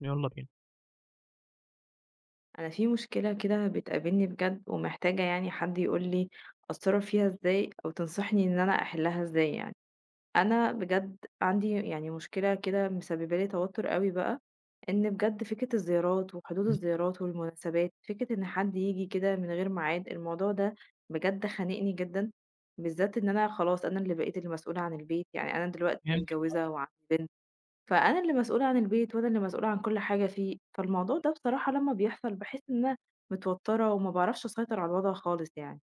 يالّا بينا. أنا في مشكلة كده بتقابلني بجد ومحتاجة يعني حد يقول لي أتصرف فيها إزاي أو تنصحني إن أنا أحلها إزاي يعني أنا بجد عندي يعني مشكلة كده مسببة لي توتر قوي بقى إن بجد فكرة الزيارات وحدود إمم. الزيارات والمناسبات فكرة إن حد يجي كده من غير ميعاد الموضوع ده بجد خانقني جدا بالذات إن أنا خلاص أنا اللي بقيت المسؤولة عن البيت يعني أنا دلوقتي فهمت. متجوزة وعندي بنت فأنا اللي مسؤولة عن البيت وأنا اللي مسؤولة عن كل حاجة فيه، فالموضوع ده بصراحة لمّا بيحصل باحس إن أنا متوتّرة وما باعرفش أسيطر على الوضع خالص يعني.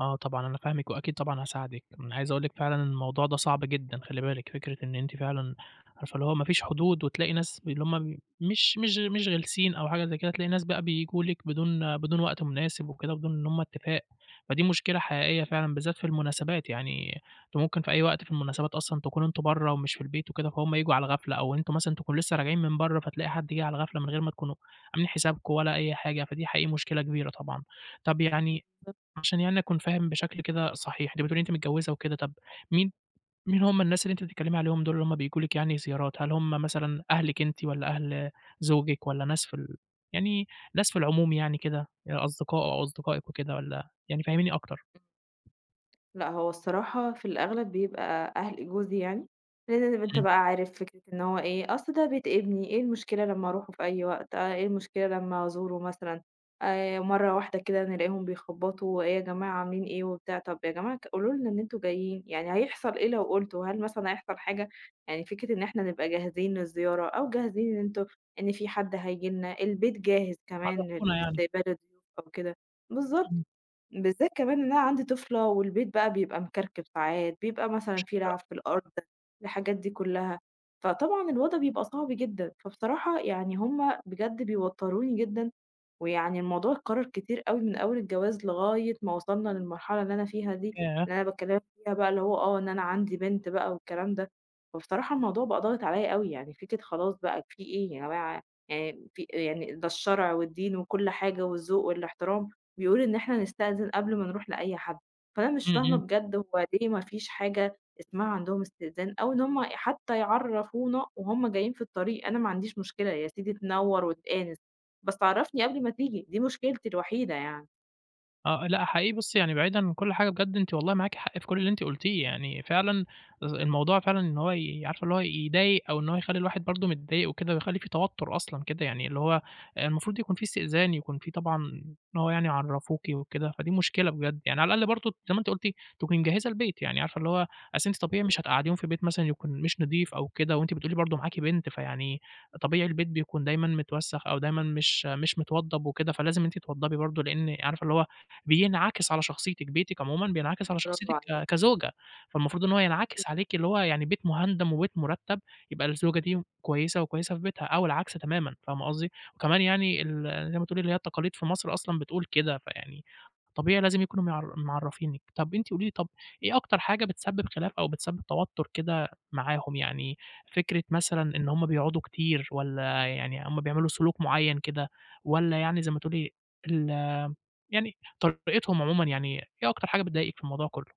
آه طبعًا، أنا فاهمِك وأكيد طبعًا هاساعدِك، أنا عايز أقول لِك فعلًا الموضوع ده صعب جدًا، خلّي بالِك، فكرة إن أنتِ فعلًا عارفة اللي هو ما فيش حدود وتلاقي ناس ب اللي هم مش غلسين أو حاجة زي كده، تلاقي ناس بقى بييجوا لِك بدون وقت مناسب وكده، بدون إن هم اتفاق، فدي مشكلة حقيقية فعلًا بالذات في المناسبات، يعني أنتم ممكن في أي وقت في المناسبات أصلًا تكونوا أنتم برّه ومش في البيت وكده، فهُم ييجوا على الغفلة أو أنتم مثلًا تكونوا لسه راجعين من برّه، فتلاقي حد جِه على الغفلة من غير ما تكونوا عاملين حسابكم ولا أي حاجة، فدي حقيقي مشكلة كبيرة طبعًا. طب يعني عشان يعني أكون فاهم بشكل كده صحيح، أنتِ بتقولي أنتِ متجوّزة وكده، طَب مين مين هم الناس اللي أنتِ بتتكلّمي عليهم دول اللي هم بييجوا لِك يعني زيارات؟ هل هم مثلًا أهلِك أنتِ والّا أهل زوجِك والّا ناس في ال يعني ناس في العموم يعني كده، أصدقاء أو أصدقائِك وكده والّا يعني فهّميني أكتر؟ لأ، هو الصراحة في الأغلب بيبقى أهل جوزي يعني، لأن أنت إمم. بقى عارف فكرة إن هو إيه، أصل ده بيت ابني، إيه المشكلة لمّا أروحه في أي وقت، إيه المشكلة لمّا أزوره مثلًا، مرة واحدة كده نلاقيهم بيخبطوا، إيه يا جماعة عاملين إيه وبتاع، طب يا جماعة قولوا لنا إن أنتم جايين، يعني هيحصل إيه لو قُلتوا، هل مثلًا هيحصل حاجة؟ يعني فكرة إن إحنا نبقى جاهزين للزيارة أو جاهزين إن أنتم إن في حد هييجي لنا، البيت جاهز كمان عرّفونا ل يعني. لاستقبال الضيوف أو كده، بالضبط. إمم، بالذات كمان إن أنا عندي طفلة والبيت بقى بيبقى مكركب ساعات، بيبقى مثلًا في مشكلة. لعب في الأرض، الحاجات دي كلّها، فطبعًا الوضع بيبقى صعب جدًا، فبصراحة يعني هُم بجد بيوتّروني جدًا ويعني الموضوع اتكرر كتير أوي من أول الجواز لغاية ما وصلنا للمرحلة اللي أنا فيها دي، ياه! اللي أنا باكلمك فيها بقى اللي هو آه إن أنا عندي بنت بقى والكلام ده، فبصراحة الموضوع بقى ضاغط عليَّ أوي، يعني فكرة خلاص بقى في إيه يا جماعة يعني في يعني ده الشرع والدين وكل حاجة والذوق والاحترام بيقول إن إحنا نستأذن قبل ما نروح لأي حد، فأنا مش إمم، فاهمة إمم. بجد هو ليه ما فيش حاجة اسمها عندهم استئذان، أو إن هم حتى يعرفونا وهُم جايين في الطريق، أنا ما عنديش مشكلة يا سيدي تنور وتآنس. بس تعرّفني قبل ما تيجي، دي مشكلتي الوحيدة يعني. آه، لأ حقيقي بُصّي، يعني بعيدًا عن كل حاجة بجد أنتِ والله معاكِ حق في كل اللي أنتِ قُلتيه، يعني فعلًا ز الموضوع فعلًا إن هو ي عارفة اللي هو يضايق أو إن هو يخلّي الواحد برضه متضايق وكده ويخلّي في توتُّر أصلًا كده، يعني اللي هو المفروض يكون في استئذان، يكون في طبعًا إن هو يعني يعرّفوكِ وكده، فدي مشكلة بجد، يعني على الأقل برضه زي ما أنتِ قُلتِ تكوني مجهّزة البيت، يعني عارفة اللي هو أصل أنتِ طبيعي مش بالضبط. هتقعّديهم في بيت مثلًا يكون مش نضيف أو كده وأنتِ بتقولي برضه معاكِ بنت، فيعني طبيعي البيت بيكون دايمًا متوسّخ أو دايمًا مش متوضّب وكده، فلازم أنتِ توضّبي برضه لإن عارفة اللي هو بينعكس على شخصيتِك، بيتِك عمومًا بينعكس على برافو شخصيتِك عليكِ. ك كزوجة، فالمفروض إن هو ينعكس عليكِ اللي هو يعني بيت مهندم وبيت مرتّب، يبقى الزوجة دي كويسة وكويسة في بيتها أو العكس تمامًا، فاهمة قصدي؟ وكمان يعني ال زي ما تقولي اللي هي التقاليد في مصر أصلًا بتقول كده، فيعني طبيعي لازم يكونوا معر معرّفينِك. طَب أنتِ قولي لي، طَب إيه أكتر حاجة بتسبب خلاف أو بتسبب توتر كده معاهم؟ يعني فكرة مثلًا إن هم بيقعدوا كتير والّا يعني هم بيعملوا سلوك معيّن كده والّا يعني زي ما تقولي ال يعني طريقتهم عمومًا، يعني إيه أكتر حاجة بتضايقِك في الموضوع كُلّه؟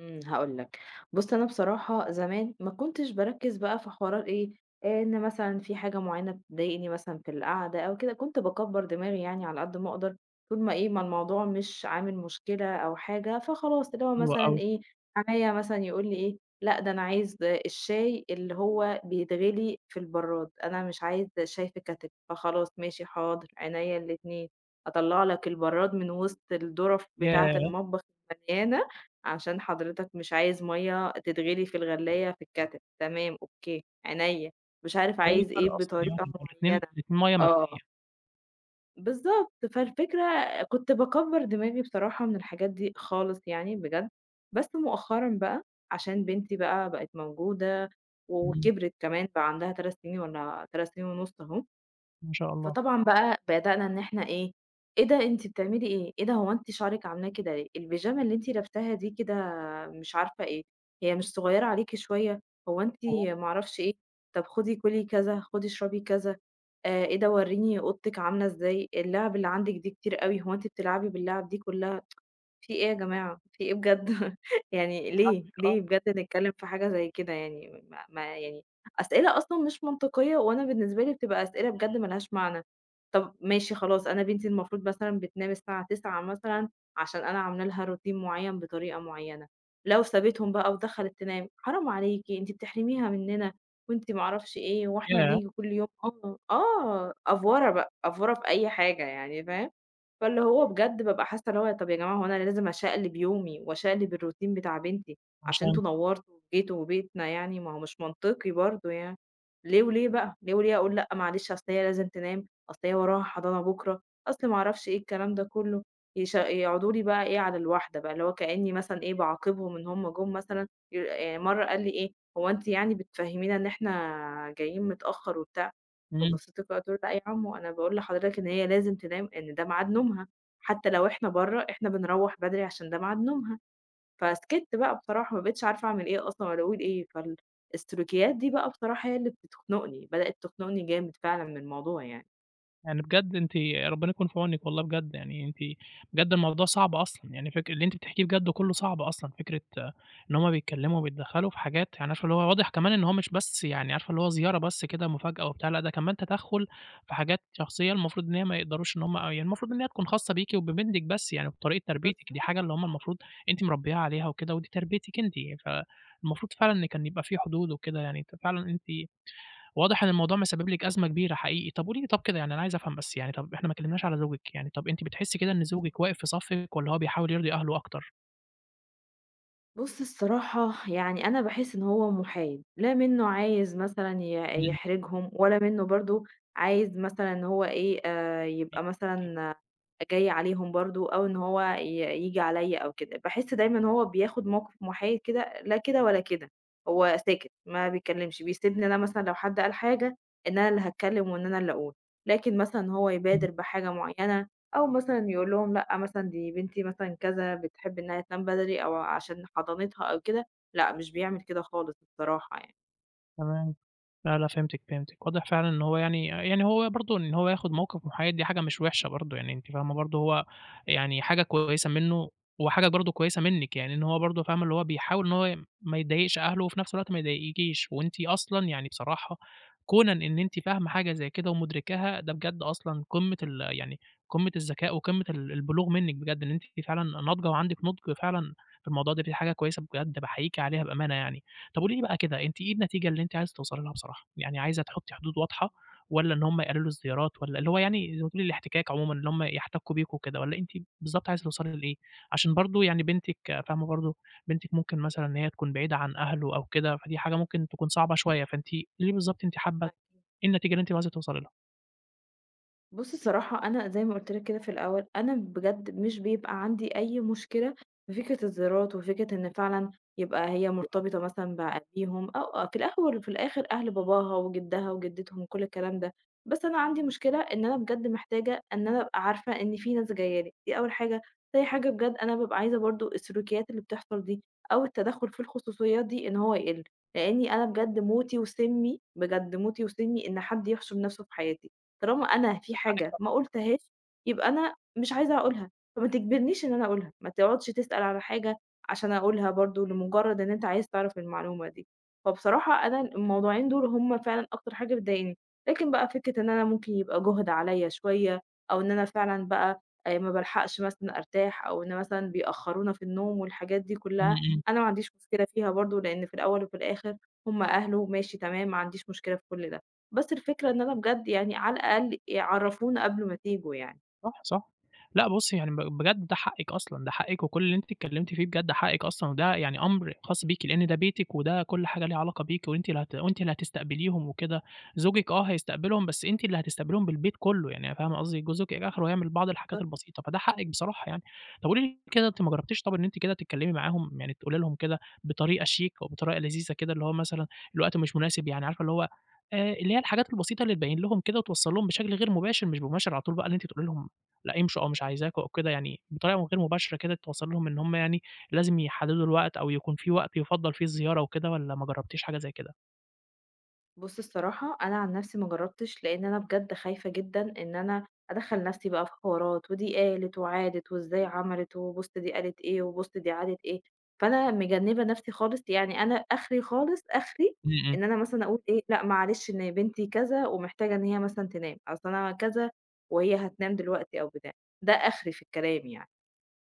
إمم، هاقول لك، بُص أنا بصراحة زمان ما كنتش باركّز بقى في حوارات إيه، إيه إن مثلًا في حاجة معيّنة بتضايقني مثلًا في القعدة أو كده، كنت باكبّر دماغي يعني على قد ما أقدر، طول ما إيه، ما الموضوع مش عامل مشكلة أو حاجة، فخلاص اللي هو حلو مثلًا أوي. إيه، حمايا مثلًا يقول لي إيه، لأ ده أنا عايز الشاي اللي هو بيتغلي في البراد، أنا مش عايز شاي في كاتل، فخلاص ماشي حاضر، عينيا الاتنين، أطلّع لك البراد من وسط الدُرف بتاعة ياه! المطبخ المليانة عشان حضرتك مش عايز مَيّة تتغلي في الغلّاية في الكَتَل، تمام، أوكي، عينيا، مش عارف هو إيه عايز إيه الفرق أصلًا يعني؟ بطريقة هو الاتنين معيّنة الاتنين مَيّة آه، مغلية. بالضبط، فالفكرة كنت باكبّر دماغي بصراحة من الحاجات دي خالص يعني بجد، بس مؤخرًا بقى عشان بنتي بقى بقت موجودة إمم. وكبرت كمان بقى عندها 3 سنين والّا 3 سنين ونُص أهو. ما شاء الله. فطبعًا بقى بدأنا إن إحنا إيه، إيه ده أنتِ بتعملي إيه؟ إيه ده هو أنتِ شعرِك عاملاه كده ليه؟ البيجامة اللي أنتِ لابساها دي كده مش عارفة إيه، هي مش صغيّرة عليكِ شوية؟ هو أنتِ أوك. ما أعرفش إيه، طب خدي كُلي كذا، خدي اشربي كذا، إيه ده ورّيني أوضتِك عاملة إزاي، اللعب اللي عندِك دي كتير أوي، هو أنتِ بتلعبي باللعب دي كلّها؟ في إيه يا جماعة، في إيه بجد يعني ليه، آه. ليه بجد نتكلّم في حاجة زي كده يعني ما يعني أسئلة أصلًا مش منطقية، وأنا بالنسبة لي بتبقى أسئلة بجد ما لهاش معنى. طب ماشي خلاص أنا بنتي المفروض مثلًا بتنام الساعة 09:00 مثلًا عشان أنا عاملة لها روتين معيّن بطريقة معيّنة، لو سابتهم بقى ودخلت تنام، حرام عليكِ أنتِ بتحرميها مننا وأنتِ ما أعرفش إيه، وإحنا ياه! بنيجي كل يوم آه، آه، أفورة بقى، أفورة في أي حاجة يعني فاهم؟ فاللي هو بجد بابقى حاسة اللي هو طَب يا جماعة هو أنا لازم أشقلب يومي وأشقلب الروتين بتاع بنتي عشان أنتم عشانكم. نوّرتوا وجيتوا وبيتنا يعني، ما هو مش منطقي برضه يعني، ليه وليه بقى، ليه وليه أقول لأ معلش أصل هي لازم تنام، أصل هي وراها حضانة بُكرة، أصل ما أعرفش إيه الكلام ده كلّه، يش يقعدوا لي بقى إيه على الواحدة بقى، اللي هو كإني مثلًا إيه باعاقبهم إن هُم جُم مثلًا ي مرّة قال لي إيه: "هو أنتِ يعني بتفهمينا إن إحنا جايين متأخر وبتاع؟" إمم. فبصيت لكده قلت له: "لأ يا عمو أنا باقول لحضرتك إن هي لازم تنام إن ده ميعاد نومها، حتى لو إحنا برّه إحنا بنروّح بدري عشان ده ميعاد نومها." فسكِت بقى بصراحة ما بقيتش عارفة أعمل إيه أصلًا والّا أقول إيه، السلوكيات دي بقى بصراحة هي اللي بتخنقني، بدأت تخنقني جامد فعلًا من الموضوع يعني. يعني بجد أنتِ ربنا يكون في عونِك والله بجد، يعني أنتِ بجد الموضوع صعب أصلًا، يعني فك اللي أنتِ بتحكيه بجد كلّه صعب أصلًا، فكرة آه، إن هُم بيتكلّموا وبيتدخّلوا في حاجات، يعني عارفة اللي هو واضح كمان إن هو مش بس يعني عارفة اللي هو زيارة بس كده مفاجأة وبتاع، لأ ده كمان تدخُّل في حاجات شخصية المفروض إن هي ما يقدروش إن هُم يعني المفروض إن هي تكون خاصة بيكِ وببنتِك بس، يعني وبطريقة تربيتِك، دي بالضبط. حاجة اللي هُم المفروض أنتِ مربّياها عليها وكده ودي تربيتِك أنتِ، فالمفروض فعلًا إن كان يبقى في حدود وكده، يعني أنتِ فعلًا أنتِ واضح إن الموضوع مسبب لِك أزمة كبيرة حقيقي. طب قولي لي طب كده، يعني أنا عايز أفهم بس يعني، طب إحنا ما اتكلمناش على زوجِك، يعني طب أنتِ بتحسي كده إن إمم. زوجِك واقف في صفِّك والّا هو بيحاول يرضي أهله أكتر؟ بُص الصراحة يعني أنا باحس إن هو مُحايد، لا منّه عايز مثلًا إمم. يحرجهم ولا منّه برضه عايز مثلًا إن هو إيه، يبقى مثلًا آه جاي عليهم برضه أو إن هو ييجي عليّا أو كده، باحس دايمًا إن هو بياخد موقِف مُحايد كده، لا كده ولا كده، هو ساكت ما بيتكلّمش، بيسيبني أنا مثلًا لو حد قال حاجة إن أنا اللي هاتكلّم وإن أنا اللي أقول، لكن مثلًا إن هو يبادر بحاجة معيّنة أو مثلًا يقول لهم لأ مثلًا دي بنتي مثلًا كذا بتحب إنها تنام بدري أو عشان حضانتها أو كده، لأ مش بيعمل كده خالص الصراحة تمام. لا، لا فهمتِك، فهمتِك. واضح فعلًا إن هو يعني يعني هو برضه إن هو ياخد موقِف محايد، دي حاجة مش وِحشة برضه، يعني أنتِ فاهمة برضه هو يعني حاجة كويسة منّه وحاجة برضه كويسة منِّك، يعني إن هو برضه فاهمة اللي هو بيحاول إن هو ما يضايقش أهله وفي نفس الوقت ما يضايقكيش، وأنتِ أصلًا يعني بصراحة كونًا إن أنتِ فاهمة حاجة زي كده ومُدركاها، ده بجد أصلًا قمّة ال يعني قمّة الذكاء وقمّة ال البلوغ منِّك بجد، إن أنتِ فعلًا ناضجة وعندِك نُضج فعلًا في الموضوع ده، دي حاجة كويسة بجد باحييكِ عليها بأمانة يعني. طب قولي لي بقى كده، أنتِ إيه النتيجة اللي أنتِ عايزة توصلي لها بصراحة؟ يعني عايزة تحطّي حدود واضحة والّا إن هُم يقللوا الزيارات والّا اللي هو يعني زي ما تقولي الاحتكاك عمومًا، اللي هُم يحتكّوا بيكم وكده، والّا أنتِ بالضبط عايزة توصلي لإيه؟ عشان برضه يعني بنتِك فاهمة برضه، بنتِك ممكن مثلًا إن هي تكون بعيدة عن أهله أو كده، فدي حاجة ممكن تكون صعبة شوية، فأنتِ إيه بالضبط أنتِ حابة، يعني. إيه النتيجة اللي أنتِ عايزة توصلي لها؟ بُصّي الصراحة أنا زي ما قُلت لك كده في الأول، أنا بجد مش بيبقى عندي أي مشكلة في فكرة الزيارات وفكرة إن فعلًا يبقى هي حلو أوي، مرتبطة مثلًا بأهاليهم أو آه، في الأول وفي الآخر أهل باباها وجدها وجدتهم وكل الكلام ده، بس أنا عندي مشكلة إن أنا بجد محتاجة إن أنا أبقى عارفة إن في ناس جاية لي، دي أول حاجة، تاني حاجة بجد أنا بابقى عايزة برضه السلوكيات اللي بتحصل دي أو التدخُّل في الخصوصيات دي إن هو يقِل، لإني أنا بجد موتي وسمي، بجد موتي وسمي إن حد يحشم نَفْسه في حياتي. طالما أنا في ده حقِّك حاجة ما طبعًا. قُلتهاش، يبقى أنا مش عايزة أقولها، فما تجبرنيش إن أنا أقولها، ما تقعدش تسأل على حاجة عشان أقولها برضه لمجرد إن أنت عايز تعرف المعلومة دي، فبصراحة أنا الموضوعين دول هُم فعلًا أكتر حاجة بتضايقني، لكن بقى فكرة إن أنا ممكن يبقى جُهد عليَّ شوية، أو إن أنا فعلًا بقى ما بالحقش مثلًا أرتاح، أو إن مثلًا بيأخّرونا في النوم والحاجات دي إمم، كلّها، إمم. أنا ما عنديش مشكلة فيها برضه، لإن في الأول وفي الآخر هُم أهله ماشي تمام، ما عنديش مشكلة في كل ده. بس الفكرة إن أنا بجد يعني على الأقل يعرّفونا قبل ما تيجوا يعني. صح، صح. لأ بُصّي، يعني ب بجد ده حقِّك أصلًا، ده حقِّك وكل اللي أنتِ اتكلمتِ فيه بجد حقِّك أصلًا، وده يعني أمر خاص بيكِ، لإن ده بيتِك وده كل حاجة ليها علاقة بيكِ، وأنتِ اللي هت وأنتِ اللي هتستقبليهم وكده. زوجِك آه هيستقبلهم، بس أنتِ اللي هتستقبليهم بالبيت كله، يعني فاهمة قصدي؟ جوزِك آخره هيعمل بعض الحاجات بالضبط. البسيطة، فده حقِّك بصراحة يعني. طب قولي لي كده، أنتِ ما جربتيش طب إن أنتِ كده تتكلمي معاهم، يعني تقولي لهم كده بطريقة شيك أو بطريقة لذيذة كده، اللي هو مثلًا الوقت مش مناسب، يعني عارفة اللي هو اللي هي الحاجات البسيطة اللي تبين لهم كده وتوصّل لهم بشكل غير مباشر، مش مباشر على طول بقى اللي أنتِ تقولي لهم لأ يمشوا أو مش عايزاكم أو كده، يعني بطريقة غير مباشرة كده توصّل لهم إن هم يعني لازم يحددوا الوقت أو يكون في وقت يُفضّل فيه الزيارة وكده، والّا ما جرّبتيش حاجة زي كده؟ بُصّ الصراحة أنا عن نَفْسي ما جرّبتش، لإن أنا بجد خايفة جدًا إن أنا أدخّل نَفْسي بقى في حوارات، ودي قالت وعادت وإزاي عملت، وبُصّ دي قالت إيه، وبُصّ دي عادت إيه، فأنا مجنّبة نَفْسي خالص، يعني أنا آخري خالص، آخري إمم، إمم. إن أنا مثلًا أقول إيه، لأ معلش إن بنتي كذا ومحتاجة إن هي مثلًا تنام، أصل أنا كذا وهي هتنام دلوقتي أو بتاع، ده آخري في الكلام يعني.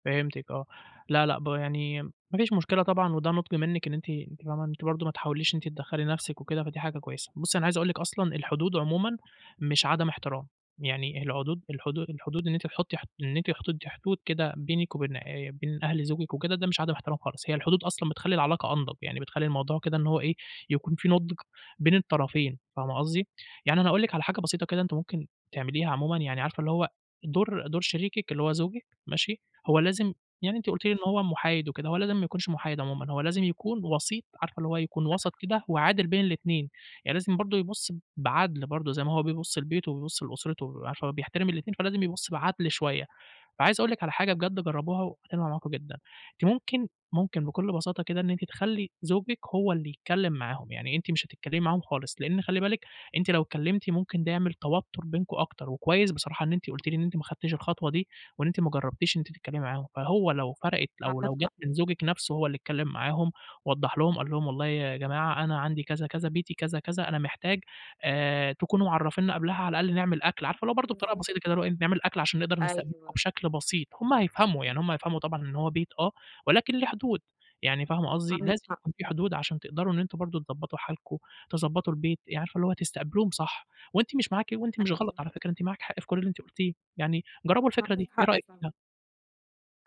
فهمتِك آه. لا، لأ، ب يعني ما فيش مشكلة طبعًا، وده نُضْج منِّك إن أنتِ أنتِ فاهمة، أنتِ برضه ما تحاوليش إن أنتِ تدخّلي نَفْسِك وكده، فدي حاجة كويسة. بُصّي، أنا عايز أقول لِك أصلًا الحدود عمومًا مش عدم احترام، يعني العدود الحدو الحدود إن أنتِ تحُطّي حد إن أنتِ تحُطّي حدود كده بينِك وبين بين أهل زوجِك وكده، ده مش عدم احترام خالص، هي الحدود أصلًا بتخلّي العلاقة أنضَج، يعني بتخلّي الموضوع كده إن هو إيه، يكون في نُضْج بين الطرفين، فاهمة قصدي؟ يعني أنا هاقول لِك على حاجة بسيطة كده أنتِ ممكن تعمليها عمومًا، يعني عارفة اللي هو دور شريكِك اللي هو زوجِك ماشي، هو لازم يعني أنتِ قُلتِ لي إن هو محايد وكده، هو لازم ما يكونش محايد عمومًا، هو لازم يكون وسيط، عارفة اللي هو يكون وسط كده وعادل بين الاتنين، يعني لازم برضه يبُص بعدل برضه زي ما هو بيبُص لبيته وبيبُص لأسرته، عارفة هو بيحترم الاتنين، فلازم يبُص بعدل شوية. فعايز أقول لِك على حاجة بجد جرّبوها وهتنفع معاكم جدًا، أنتِ ممكن بكل بساطة كده إن أنتِ تخلّي زوجِك هو اللي يتكلّم معاهم، يعني أنتِ مش هتتكلّمي معاهم خالص، لإن خلّي بالِك أنتِ لو اتكلّمتِ ممكن ده يعمل توتُّر بينكم أكتر، وكويس بصراحة إن أنتِ قُلتِ لي إن أنتِ ما خدتيش الخطوة دي، وإن أنتِ ما جرّبتيش إن أنتِ تتكلّمي معاهم، فهو لو فرقِت أو عندك لو جات حق. من زوجِك نَفْسه هو اللي اتكلّم معاهم، ووضّح لهم قال لهم والله يا جماعة أنا عندي كذا، كذا، بيتي كذا، كذا، أنا محتاج تكونوا معرّفينّا قبلها على الأقل نعمل أكل، عارفة اللي هو برضه بطريقة بالضبط. بسيطة كده اللي هو إيه، نعمل أكل عشان نقدر نستقبلكم أيوه، بشكل بسيط، هُم هيفهموا، يعني هُم هيفهموا طبعًا إن هو بيت آه، ولكن ليه حدود، يعني فاهمة قصدي، عندك لازم حق. يكون في حدود عشان تقدروا إن أنتم برضه تضبّطوا حالكم، تضبّطوا البيت، يعني عارفة اللي هو تستقبلوهم صح، وأنتِ مش معاكِ وأنتِ مش أيوه صح، غلط على فكرة، أنتِ معاكِ حق في كل اللي أنتِ قُلتيه، يعني جرّبوا الفكرة عندك دي، إيه حق رأيِك فعلًا، فيها؟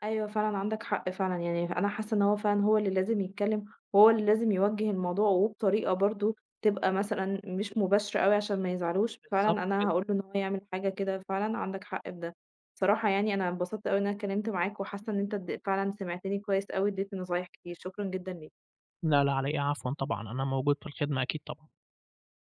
أيوه فعلًا عندك حق فعلًا، يعني أنا حاسة إن هو فعلًا هو اللي لازم يتكلم، وهو اللي لازم يوجّه الموضوع وبطريقة برضه تبقى مثلًا مش مباشرة أوي عشان ما يزعلوش، بالضبط فعلًا أنا كده. هاقول له إن هو يعمل حاجة كده فعلًا، عندك حق في ده. بصراحة يعني أنا اتبسطت أوي إن أنا اتكلمت معاك، وحاسة إن أنت اد فعلًا سمعتني كويس أوي، اديتني نصايح كتير، شكرًا جدًا ليك. لا، لا على إيه، عفوًا طبعًا، أنا موجود في الخدمة أكيد طبعًا.